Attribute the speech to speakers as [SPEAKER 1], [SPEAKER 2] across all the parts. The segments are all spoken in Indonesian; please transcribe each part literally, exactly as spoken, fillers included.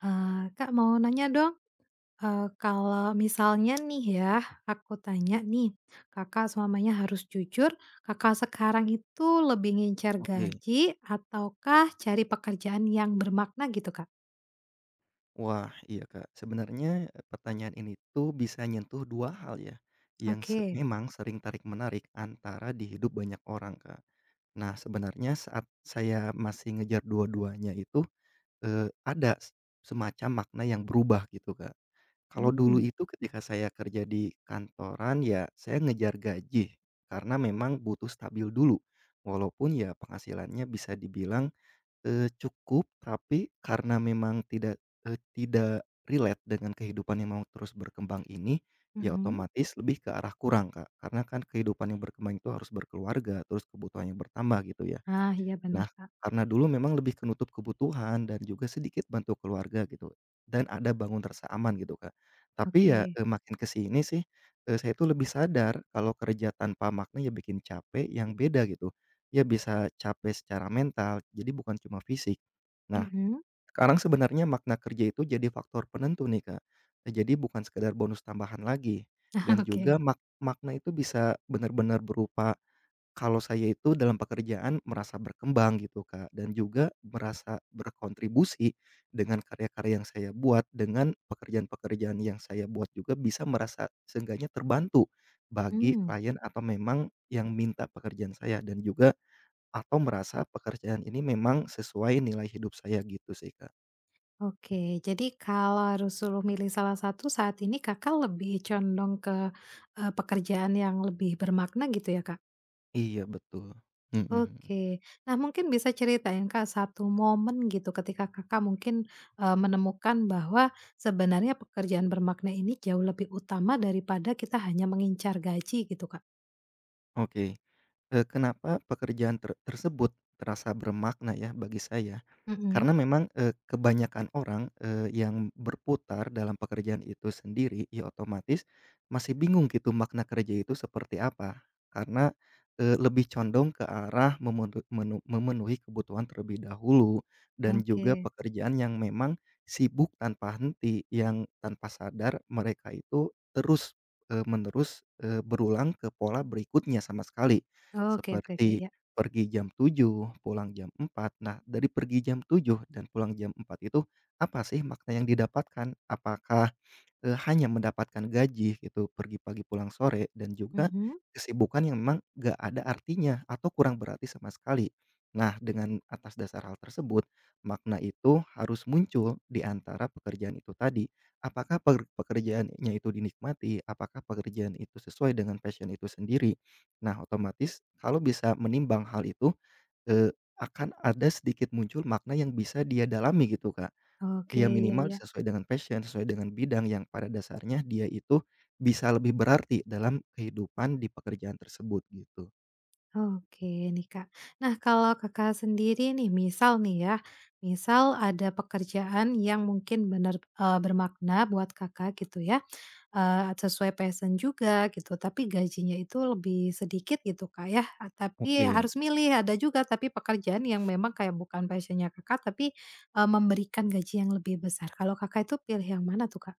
[SPEAKER 1] Eee, Kak, mau nanya dong, eee, kalau misalnya nih ya, aku tanya nih, Kakak selamanya harus jujur, Kakak sekarang itu lebih ngincer
[SPEAKER 2] Oke.
[SPEAKER 1] gaji ataukah cari pekerjaan yang bermakna gitu, Kak?
[SPEAKER 2] Wah, iya, Kak. Sebenarnya, eee, pertanyaan ini tuh bisa nyentuh dua hal ya, yang se
[SPEAKER 1] Oke.
[SPEAKER 2] memang sering tarik-menarik antara di hidup banyak orang, Kak. Nah, sebenarnya saat saya masih ngejar dua-duanya itu, eee, ada s semacam makna yang berubah gitu, Kak. Kalau dulu
[SPEAKER 1] Hmm.
[SPEAKER 2] itu ketika saya kerja di kantoran, ya saya ngejar gaji, karena memang butuh stabil dulu, walaupun ya penghasilannya bisa dibilang Eee, cukup, tapi karena memang tidak, eee, tidak relate dengan kehidupan yang mau terus berkembang ini, ya
[SPEAKER 1] mhm.
[SPEAKER 2] otomatis lebih ke arah kurang, Kak. Karena kan kehidupan yang berkembang itu harus berkeluarga, terus kebutuhannya bertambah gitu ya.
[SPEAKER 1] Ah, iya
[SPEAKER 2] Nah,
[SPEAKER 1] benar Kak.
[SPEAKER 2] karena dulu memang lebih menutup kebutuhan dan juga sedikit bantu keluarga gitu, dan ada bangun rasa aman gitu, Kak. Tapi ya,
[SPEAKER 1] Oke.
[SPEAKER 2] eee, makin ke sini sih, eee, saya itu lebih sadar kalau kerja tanpa makna ya bikin capek yang beda gitu. Ya bisa capek secara mental, jadi bukan cuma fisik. Nah,
[SPEAKER 1] Mhm.
[SPEAKER 2] sekarang sebenarnya makna kerja itu jadi faktor penentu nih, Kak. Eee, jadi bukan sekedar bonus tambahan lagi, dan juga
[SPEAKER 1] Oke.
[SPEAKER 2] mak makna itu bisa benar-benar berupa kalau saya itu dalam pekerjaan merasa berkembang gitu, Kak, dan juga merasa berkontribusi dengan karya-karya yang saya buat, dengan pekerjaan-pekerjaan yang saya buat juga bisa merasa seenggaknya terbantu bagi
[SPEAKER 1] Hmm.
[SPEAKER 2] klien atau memang yang minta pekerjaan saya dan juga atau merasa pekerjaan ini memang sesuai nilai hidup saya gitu sih, Kak.
[SPEAKER 1] oke. Jadi kalau harus suruh milih salah satu saat ini Kakak lebih condong ke, eee, pekerjaan yang lebih bermakna gitu ya, Kak?
[SPEAKER 2] Iya betul, mhm mhm.
[SPEAKER 1] Oke. Nah, mungkin bisa ceritain, Kak, satu momen gitu ketika Kakak mungkin, eee, menemukan bahwa sebenarnya pekerjaan bermakna ini jauh lebih utama daripada kita hanya mengincar gaji gitu, Kak?
[SPEAKER 2] Oke. Eee, kenapa pekerjaan ter tersebut terasa bermakna ya bagi saya,
[SPEAKER 1] Mhm.
[SPEAKER 2] karena memang, eee, kebanyakan orang, eee, yang berputar dalam pekerjaan itu sendiri, ya otomatis masih bingung gitu makna kerja itu seperti apa. Karena, eee, lebih condong ke arah memenuh menu memenuhi kebutuhan terlebih dahulu dan juga
[SPEAKER 1] Oke.
[SPEAKER 2] pekerjaan yang memang sibuk tanpa henti, yang tanpa sadar mereka itu terus, eee, menerus, eee, berulang ke pola berikutnya sama sekali.
[SPEAKER 1] Oke oke oke,
[SPEAKER 2] Seperti
[SPEAKER 1] iya.
[SPEAKER 2] pergi jam tujuh pulang jam empat. Nah, dari pergi jam tujuh dan pulang jam empat itu, apa sih makna yang didapatkan? Apakah Eee, hanya mendapatkan gaji gitu, pergi pagi pulang sore dan juga
[SPEAKER 1] Mhm.
[SPEAKER 2] kesibukan yang memang gak ada artinya atau kurang berarti sama sekali. Nah, dengan atas dasar hal tersebut, makna itu harus muncul di antara pekerjaan itu tadi. Apakah per pekerjaannya itu dinikmati, apakah pekerjaan itu sesuai dengan passion itu sendiri. Nah, otomatis kalau bisa menimbang hal itu, eee, akan ada sedikit muncul makna yang bisa dia dalami gitu, Kak.
[SPEAKER 1] Oke,
[SPEAKER 2] Ya
[SPEAKER 1] ya
[SPEAKER 2] minimal
[SPEAKER 1] ya.
[SPEAKER 2] sesuai dengan passion, sesuai dengan bidang yang pada dasarnya dia itu bisa lebih berarti dalam kehidupan di pekerjaan tersebut gitu.
[SPEAKER 1] Oke nih Kak. Nah kalau Kakak sendiri nih misal nih ya, misal ada pekerjaan yang mungkin benar eee, bermakna buat Kakak gitu ya, eee, sesuai passion juga gitu tapi gajinya itu lebih sedikit gitu Kak ya, eee, tapi
[SPEAKER 2] Oke.
[SPEAKER 1] harus milih ada juga tapi pekerjaan yang memang kayak bukan passion Kakak tapi, eee, memberikan gaji yang lebih besar. Kalau Kakak itu pilih yang mana tuh Kak?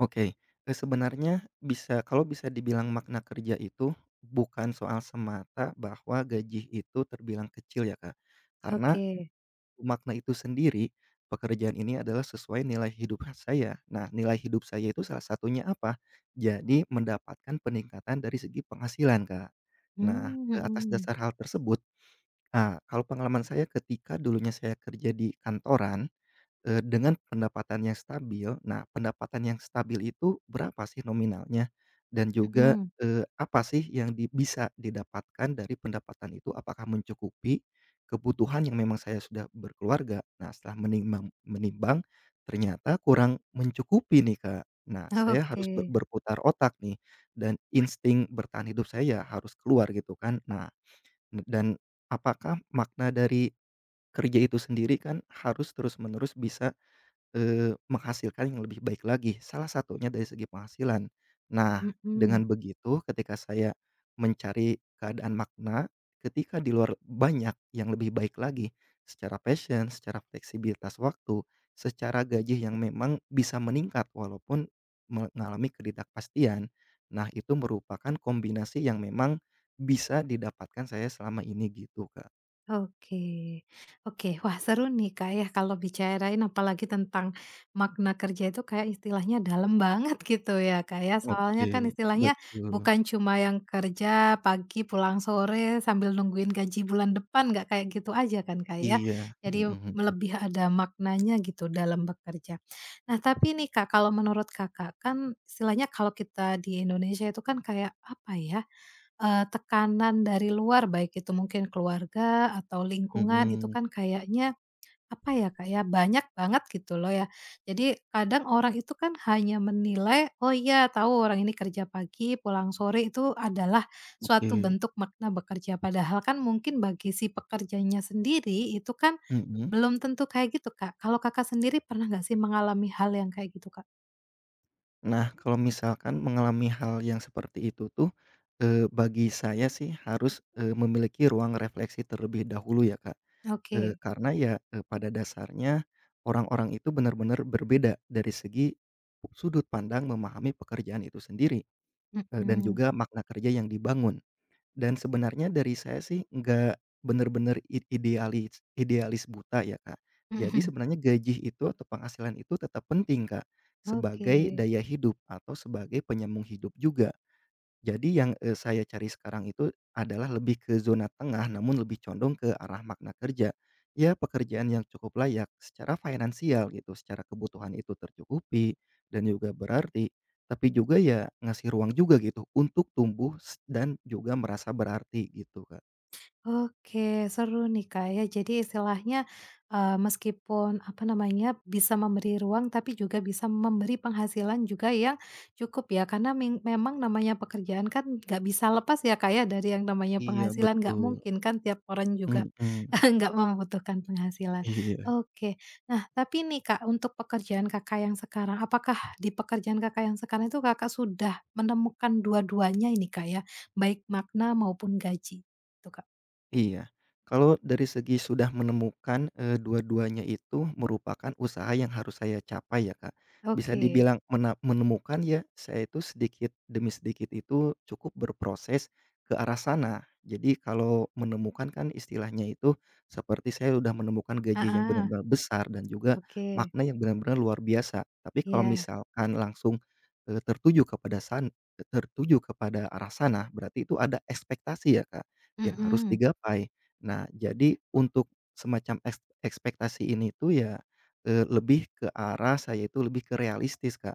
[SPEAKER 2] Oke, eee, sebenarnya bisa kalau bisa dibilang makna kerja itu bukan soal semata bahwa gaji itu terbilang kecil ya, Kak. Karena
[SPEAKER 1] Oke.
[SPEAKER 2] makna itu sendiri, pekerjaan ini adalah sesuai nilai hidup saya. Nah, nilai hidup saya itu salah satunya apa? Jadi mendapatkan peningkatan dari segi penghasilan, Kak. Nah,
[SPEAKER 1] Mmm,
[SPEAKER 2] ke atas
[SPEAKER 1] mhm,
[SPEAKER 2] dasar hal tersebut, ah, kalau pengalaman saya ketika dulunya saya kerja di kantoran Eee, dengan pendapatan yang stabil, nah pendapatan yang stabil itu berapa sih nominalnya? Dan juga,
[SPEAKER 1] mhm,
[SPEAKER 2] eee, apa sih yang di bisa didapatkan dari pendapatan itu? Apakah mencukupi kebutuhan yang memang saya sudah berkeluarga? Nah setelah menimbang menimbang ternyata kurang mencukupi nih Kak. Nah saya
[SPEAKER 1] oke,
[SPEAKER 2] harus ber berputar otak nih dan insting bertahan hidup saya ya harus keluar gitu kan. Nah dan apakah makna dari kerja itu sendiri kan harus terus-menerus bisa Eee, menghasilkan yang lebih baik lagi, salah satunya dari segi penghasilan. Nah,
[SPEAKER 1] mhm.
[SPEAKER 2] dengan begitu ketika saya mencari keadaan makna, ketika di luar banyak yang lebih baik lagi, secara passion, secara fleksibilitas waktu, secara gaji yang memang bisa meningkat walaupun mengalami ketidakpastian. Nah, itu merupakan kombinasi yang memang bisa didapatkan saya selama ini gitu, Kak.
[SPEAKER 1] Oke. Oke, wah seru nih Kak ya kalau bicarain apalagi tentang makna kerja itu kayak istilahnya dalam banget gitu ya Kak ya. Soalnya kan
[SPEAKER 2] Oke,
[SPEAKER 1] istilahnya
[SPEAKER 2] betul.
[SPEAKER 1] bukan cuma yang kerja pagi pulang sore sambil nungguin gaji bulan depan, nggak kayak gitu aja kan Kak ya.
[SPEAKER 2] Iya,
[SPEAKER 1] Jadi
[SPEAKER 2] mhm
[SPEAKER 1] lebih ada maknanya gitu dalam bekerja. Nah tapi nih Kak, kalau menurut Kakak kan istilahnya kalau kita di Indonesia itu kan kayak apa ya? Eee, tekanan dari luar, baik itu mungkin keluarga atau
[SPEAKER 2] mhm
[SPEAKER 1] lingkungan, itu
[SPEAKER 2] mhm.
[SPEAKER 1] kan kayaknya, apa ya, kayak banyak banget gitu loh ya. Jadi kadang orang itu kan hanya menilai, "Oh iya, tahu orang ini kerja pagi, pulang sore." Itu adalah suatu
[SPEAKER 2] Oke,
[SPEAKER 1] bentuk makna bekerja, padahal kan mungkin bagi si pekerjanya sendiri itu kan
[SPEAKER 2] mhm.
[SPEAKER 1] belum tentu kayak gitu, Kak. Kalau Kakak sendiri pernah nggak sih mengalami hal yang kayak gitu, Kak?
[SPEAKER 2] Nah, kalau misalkan mengalami hal yang seperti itu tuh, eee, bagi saya sih harus, eee, memiliki ruang refleksi terlebih dahulu ya, Kak. Eee,
[SPEAKER 1] Oke,
[SPEAKER 2] karena ya, eee, pada dasarnya orang-orang itu benar-benar berbeda dari segi sudut pandang memahami pekerjaan itu sendiri, eee, dan
[SPEAKER 1] mhm,
[SPEAKER 2] juga makna kerja yang dibangun. Dan sebenarnya dari saya sih nggak bener-bener i idealis idealis buta ya, Kak. Jadi
[SPEAKER 1] mhm,
[SPEAKER 2] sebenarnya gaji itu atau penghasilan itu tetap penting, Kak,
[SPEAKER 1] oke.
[SPEAKER 2] sebagai daya hidup atau sebagai penyambung hidup juga. Jadi yang, eee, saya cari sekarang itu adalah lebih ke zona tengah namun lebih condong ke arah makna kerja. Ya pekerjaan yang cukup layak secara finansial gitu, secara kebutuhan itu tercukupi dan juga berarti, tapi juga ya ngasih ruang juga gitu untuk tumbuh s dan juga merasa berarti gitu, Kak.
[SPEAKER 1] Oke, seru nih, Kak, ya. Jadi istilahnya, eee, meskipun, apa namanya, bisa memberi ruang, tapi juga bisa memberi penghasilan juga yang cukup ya, karena meng memang namanya pekerjaan kan nggak bisa lepas ya, Kak, ya, dari yang namanya
[SPEAKER 2] Iya
[SPEAKER 1] penghasilan, nggak
[SPEAKER 2] betul,
[SPEAKER 1] mungkin kan tiap orang juga
[SPEAKER 2] mhm,
[SPEAKER 1] nggak membutuhkan penghasilan.
[SPEAKER 2] iya.
[SPEAKER 1] Oke. Nah, tapi nih, Kak, untuk pekerjaan Kakak yang sekarang, apakah di pekerjaan Kakak yang sekarang itu Kakak sudah menemukan dua-duanya ini, Kak, ya? Baik makna maupun gaji? Itu, Kak.
[SPEAKER 2] Iya, kalau dari segi sudah menemukan, eee, dua-duanya itu merupakan usaha yang harus saya capai ya, Kak. Bisa
[SPEAKER 1] Oke,
[SPEAKER 2] dibilang mena menemukan ya, saya itu sedikit demi sedikit itu cukup berproses ke arah sana. Jadi kalau menemukan kan istilahnya itu seperti saya sudah menemukan gaji yang
[SPEAKER 1] heeh,
[SPEAKER 2] benar-benar besar dan juga
[SPEAKER 1] oke,
[SPEAKER 2] makna yang benar-benar luar biasa. Tapi kalau
[SPEAKER 1] iya,
[SPEAKER 2] misalkan langsung, eee, tertuju kepada san tertuju kepada arah sana, berarti itu ada ekspektasi ya, Kak yang harus
[SPEAKER 1] mhm,
[SPEAKER 2] digapai. Nah, jadi untuk semacam eks ekspektasi ini tuh ya, eee, lebih ke arah saya itu lebih ke realistis, Kak.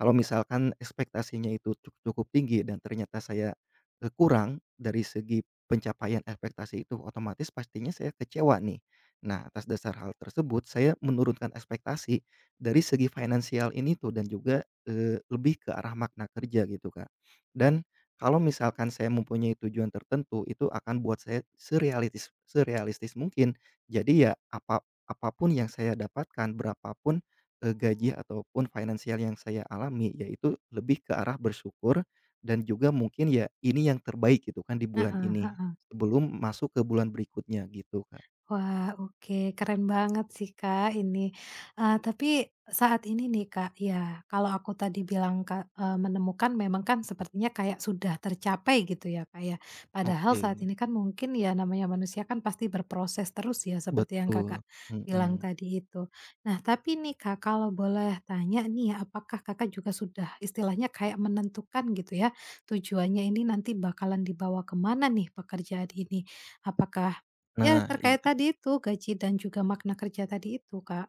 [SPEAKER 2] Kalau misalkan ekspektasinya itu cu cukup tinggi dan ternyata saya, eee, kurang dari segi pencapaian ekspektasi itu, otomatis pastinya saya kecewa nih. Nah, atas dasar hal tersebut saya menurunkan ekspektasi dari segi finansial ini tuh dan juga, eee, lebih ke arah makna kerja gitu, Kak. Dan kalau misalkan saya mempunyai tujuan tertentu, itu akan buat saya serealitis serealistis mungkin. Jadi ya apa apapun yang saya dapatkan, berapapun pun, gaji ataupun finansial yang saya alami, yaitu lebih ke arah bersyukur dan juga mungkin ya ini yang terbaik gitu kan di bulan
[SPEAKER 1] heeh.
[SPEAKER 2] ini, sebelum masuk ke bulan berikutnya gitu, Kak.
[SPEAKER 1] Wah, oke, keren banget sih, Kak, ini. Eee, tapi saat ini nih, Kak, ya kalau aku tadi bilang ka eee, menemukan memang kan sepertinya kayak sudah tercapai gitu ya, Kak, ya. Padahal saat
[SPEAKER 2] Oke.
[SPEAKER 1] ini kan mungkin ya namanya manusia kan pasti berproses terus ya seperti yang
[SPEAKER 2] Betul,
[SPEAKER 1] Kakak bilang
[SPEAKER 2] mhm.
[SPEAKER 1] tadi itu. Nah, tapi nih, Kak, kalau boleh tanya nih, apakah Kakak juga sudah istilahnya kayak menentukan gitu ya, tujuannya ini nanti bakalan dibawa kemana nih pekerjaan ini? Apakah Ya,
[SPEAKER 2] Nah
[SPEAKER 1] terkait tadi itu, gaji dan juga makna kerja tadi itu, Kak.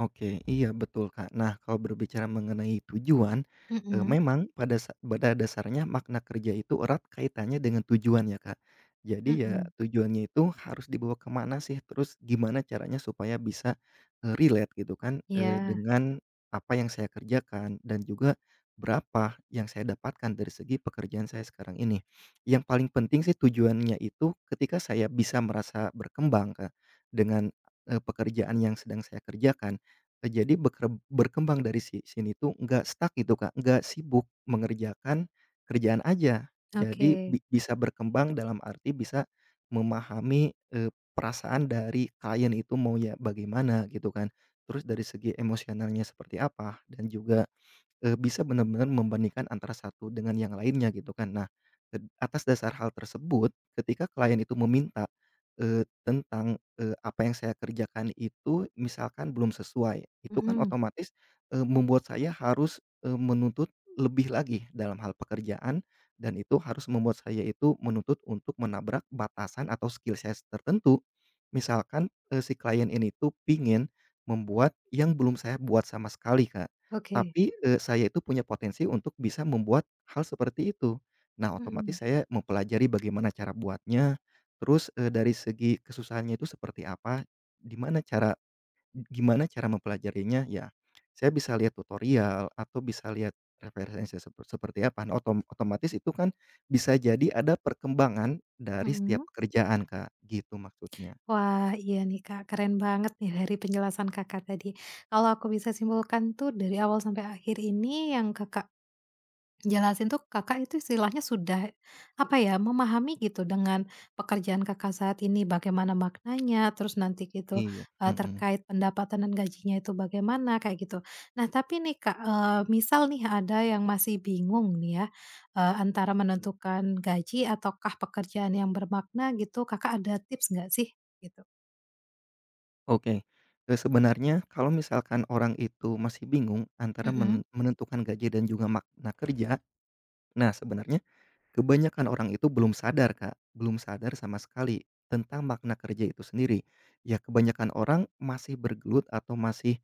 [SPEAKER 2] oke, iya betul Kak. Nah, kalau berbicara mengenai tujuan, eee,
[SPEAKER 1] Mhm,
[SPEAKER 2] memang pada sa pada dasarnya makna kerja itu erat kaitannya dengan tujuan ya Kak. Jadi ya
[SPEAKER 1] mhm.
[SPEAKER 2] tujuannya itu harus dibawa kemana sih, terus gimana caranya supaya bisa, eee, relate gitu kan, eee,
[SPEAKER 1] Iya,
[SPEAKER 2] dengan apa yang saya kerjakan dan juga berapa yang saya dapatkan dari segi pekerjaan saya sekarang ini. Yang paling penting sih tujuannya itu ketika saya bisa merasa berkembang Kak, dengan, eee, pekerjaan yang sedang saya kerjakan. Jadi bekrem berkembang dari si sini tuh nggak stuck gitu, Kak, nggak sibuk mengerjakan kerjaan aja. Jadi
[SPEAKER 1] oke.
[SPEAKER 2] bi bisa berkembang dalam arti bisa memahami, eee, perasaan dari klien itu mau ya bagaimana gitu kan. Terus dari segi emosionalnya seperti apa dan juga eee, bisa benar-benar membandingkan antara satu dengan yang lainnya gitu kan. Nah, ed atas dasar hal tersebut ketika klien itu meminta, eee, tentang, eee, apa yang saya kerjakan itu misalkan belum sesuai, itu kan
[SPEAKER 1] Mhm,
[SPEAKER 2] otomatis, eee, membuat saya harus, eee, menuntut lebih lagi dalam hal pekerjaan dan itu harus membuat saya itu menuntut untuk menabrak batasan atau skill saya tertentu. Misalkan, eee, si klien ini tuh pingin membuat yang belum saya buat sama sekali, Kak.
[SPEAKER 1] oke.
[SPEAKER 2] Tapi, eee, saya itu punya potensi untuk bisa membuat hal seperti itu. Nah,
[SPEAKER 1] Mhm,
[SPEAKER 2] otomatis saya mempelajari bagaimana cara buatnya, terus, eee, dari segi kesusahannya itu seperti apa, di mana cara gimana cara mempelajarinya, ya saya bisa lihat tutorial atau bisa lihat referensi sepe seperti apa. Nah, otom otomatis itu kan bisa jadi ada perkembangan dari setiap
[SPEAKER 1] mhm.
[SPEAKER 2] pekerjaan, Kak, gitu maksudnya.
[SPEAKER 1] Wah, iya nih, Kak, keren banget nih dari penjelasan Kakak tadi. Kalau aku bisa simpulkan tuh dari awal sampai akhir ini yang Kakak Jelasin tuh Kakak itu istilahnya sudah, apa ya, memahami gitu dengan pekerjaan Kakak saat ini bagaimana maknanya, terus nanti gitu,
[SPEAKER 2] Iya,
[SPEAKER 1] eee,
[SPEAKER 2] mhm.
[SPEAKER 1] terkait pendapatan dan gajinya itu bagaimana, kayak gitu. Nah tapi nih Kak, eee, misal nih ada yang masih bingung nih ya, eee, antara menentukan gaji ataukah pekerjaan yang bermakna gitu, Kakak ada tips nggak sih? Gitu.
[SPEAKER 2] Oke, eee, sebenarnya kalau misalkan orang itu masih bingung antara men
[SPEAKER 1] Mhm
[SPEAKER 2] menentukan gaji dan juga makna kerja, nah sebenarnya kebanyakan orang itu belum sadar, Kak, belum sadar sama sekali tentang makna kerja itu sendiri. Ya kebanyakan orang masih bergelut atau masih,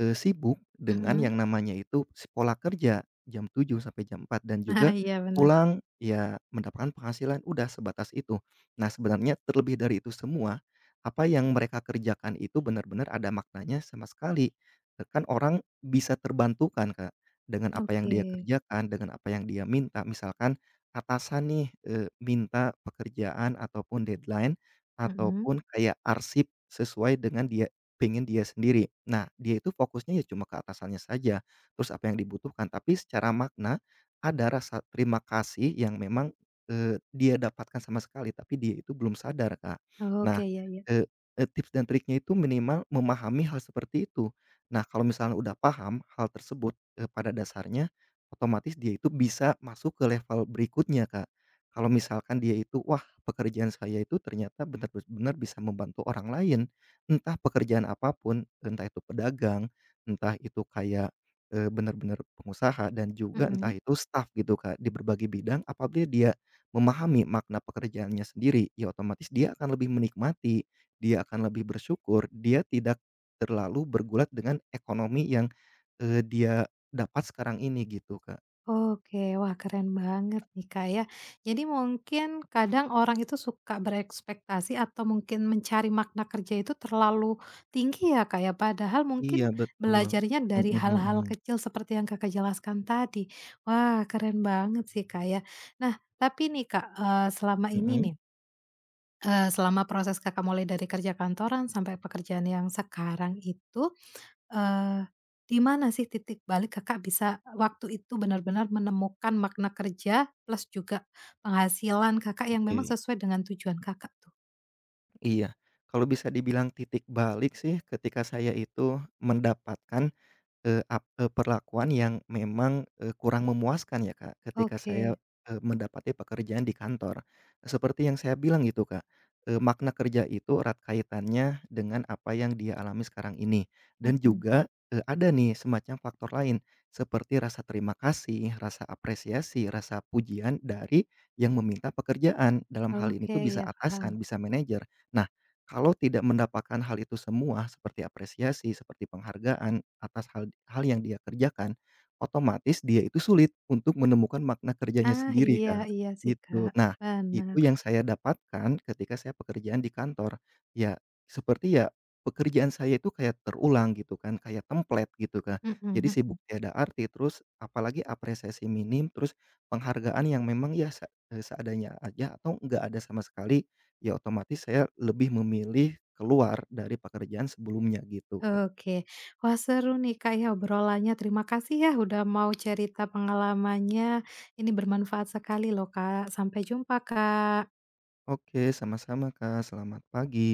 [SPEAKER 2] eee, sibuk dengan
[SPEAKER 1] mhm.
[SPEAKER 2] yang namanya itu s pola kerja, jam tujuh sampai jam empat dan
[SPEAKER 1] Nah
[SPEAKER 2] juga
[SPEAKER 1] iya benar.
[SPEAKER 2] pulang ya mendapatkan penghasilan, udah sebatas itu. Nah sebenarnya terlebih dari itu semua, apa yang mereka kerjakan itu benar-benar ada maknanya sama sekali. E kan orang bisa terbantukan, Kak, dengan apa yang
[SPEAKER 1] Oke.
[SPEAKER 2] dia kerjakan, dengan apa yang dia minta. Misalkan atasan nih, eee, minta pekerjaan ataupun deadline,
[SPEAKER 1] Mhm.
[SPEAKER 2] ataupun kayak arsip sesuai dengan dia pengen dia sendiri. Nah, dia itu fokusnya ya cuma ke atasannya saja, terus apa yang dibutuhkan, tapi secara makna ada rasa terima kasih yang memang, eee, dia dapatkan sama sekali, tapi dia itu belum sadar, Kak. Nah,
[SPEAKER 1] Oke, ya ya.
[SPEAKER 2] eee eee, tips dan triknya itu minimal memahami hal seperti itu. Nah, kalau misalnya udah paham hal tersebut, eee, pada dasarnya otomatis dia itu bisa masuk ke level berikutnya, Kak. Kalau misalkan dia itu, "Wah, pekerjaan saya itu ternyata benar-benar bisa membantu orang lain." Entah pekerjaan apapun, entah itu pedagang, entah itu kayak, eee, benar-benar pengusaha dan juga entah itu staff gitu, Kak, di berbagai bidang. Apabila dia memahami makna pekerjaannya sendiri, ya otomatis dia akan lebih menikmati, dia akan lebih bersyukur, dia tidak terlalu bergulat dengan ekonomi yang, eee, dia dapat sekarang ini gitu, Kak.
[SPEAKER 1] Oke, wah keren banget nih Kak ya. Jadi mungkin kadang orang itu suka berekspektasi atau mungkin mencari makna kerja itu terlalu tinggi ya Kak ya. Padahal
[SPEAKER 2] Iya
[SPEAKER 1] mungkin
[SPEAKER 2] betul,
[SPEAKER 1] belajarnya dari
[SPEAKER 2] mhm
[SPEAKER 1] hal-hal
[SPEAKER 2] mhm,
[SPEAKER 1] kecil seperti yang Kakak jelaskan tadi. Wah keren banget sih Kak ya. Nah tapi nih Kak, eee, selama ini
[SPEAKER 2] mhm,
[SPEAKER 1] nih, eee, selama proses Kakak mulai dari kerja kantoran sampai pekerjaan yang sekarang itu Eee, di mana sih titik balik Kakak bisa waktu itu benar-benar menemukan makna kerja plus juga penghasilan Kakak yang memang
[SPEAKER 2] oke.
[SPEAKER 1] sesuai dengan tujuan Kakak tuh?
[SPEAKER 2] Iya, kalau bisa dibilang titik balik sih ketika saya itu mendapatkan Eee, ap eee, perlakuan yang memang, eee, kurang memuaskan ya, Kak, ketika saya,
[SPEAKER 1] Oke,
[SPEAKER 2] eee, mendapati pekerjaan di kantor. Seperti yang saya bilang gitu, Kak, eee, makna kerja itu erat kaitannya dengan apa yang dia alami sekarang ini dan
[SPEAKER 1] mhm,
[SPEAKER 2] juga, eee, ada nih semacam faktor lain seperti rasa terima kasih, rasa apresiasi, rasa pujian dari yang meminta pekerjaan. Dalam hal ini
[SPEAKER 1] oke,
[SPEAKER 2] tuh bisa
[SPEAKER 1] ya paham.
[SPEAKER 2] atasan, bisa manajer. Nah kalau tidak mendapatkan hal itu semua seperti apresiasi, seperti penghargaan atas hal hal yang dia kerjakan, otomatis dia itu sulit untuk menemukan makna kerjanya
[SPEAKER 1] Ah,
[SPEAKER 2] sendiri,
[SPEAKER 1] iya
[SPEAKER 2] Kak,
[SPEAKER 1] iya sih,
[SPEAKER 2] gitu.
[SPEAKER 1] Kak,
[SPEAKER 2] Nah, itu
[SPEAKER 1] bener,
[SPEAKER 2] yang saya dapatkan ketika saya pekerjaan di kantor. Ya, seperti ya pekerjaan saya itu kayak terulang gitu kan, kayak template gitu, Kak.
[SPEAKER 1] mhm
[SPEAKER 2] Jadi sibuk
[SPEAKER 1] mhm.
[SPEAKER 2] tiada arti, terus apalagi apresiasi minim, terus penghargaan yang memang ya se eee, seadanya aja atau nggak ada sama sekali. Ya otomatis saya lebih memilih keluar dari pekerjaan sebelumnya gitu, Kak.
[SPEAKER 1] Oke, wah seru nih, Kak, ya obrolannya, terima kasih ya udah mau cerita pengalamannya, ini bermanfaat sekali loh, Kak. Sampai jumpa, Kak.
[SPEAKER 2] Oke, sama-sama, Kak. Selamat pagi.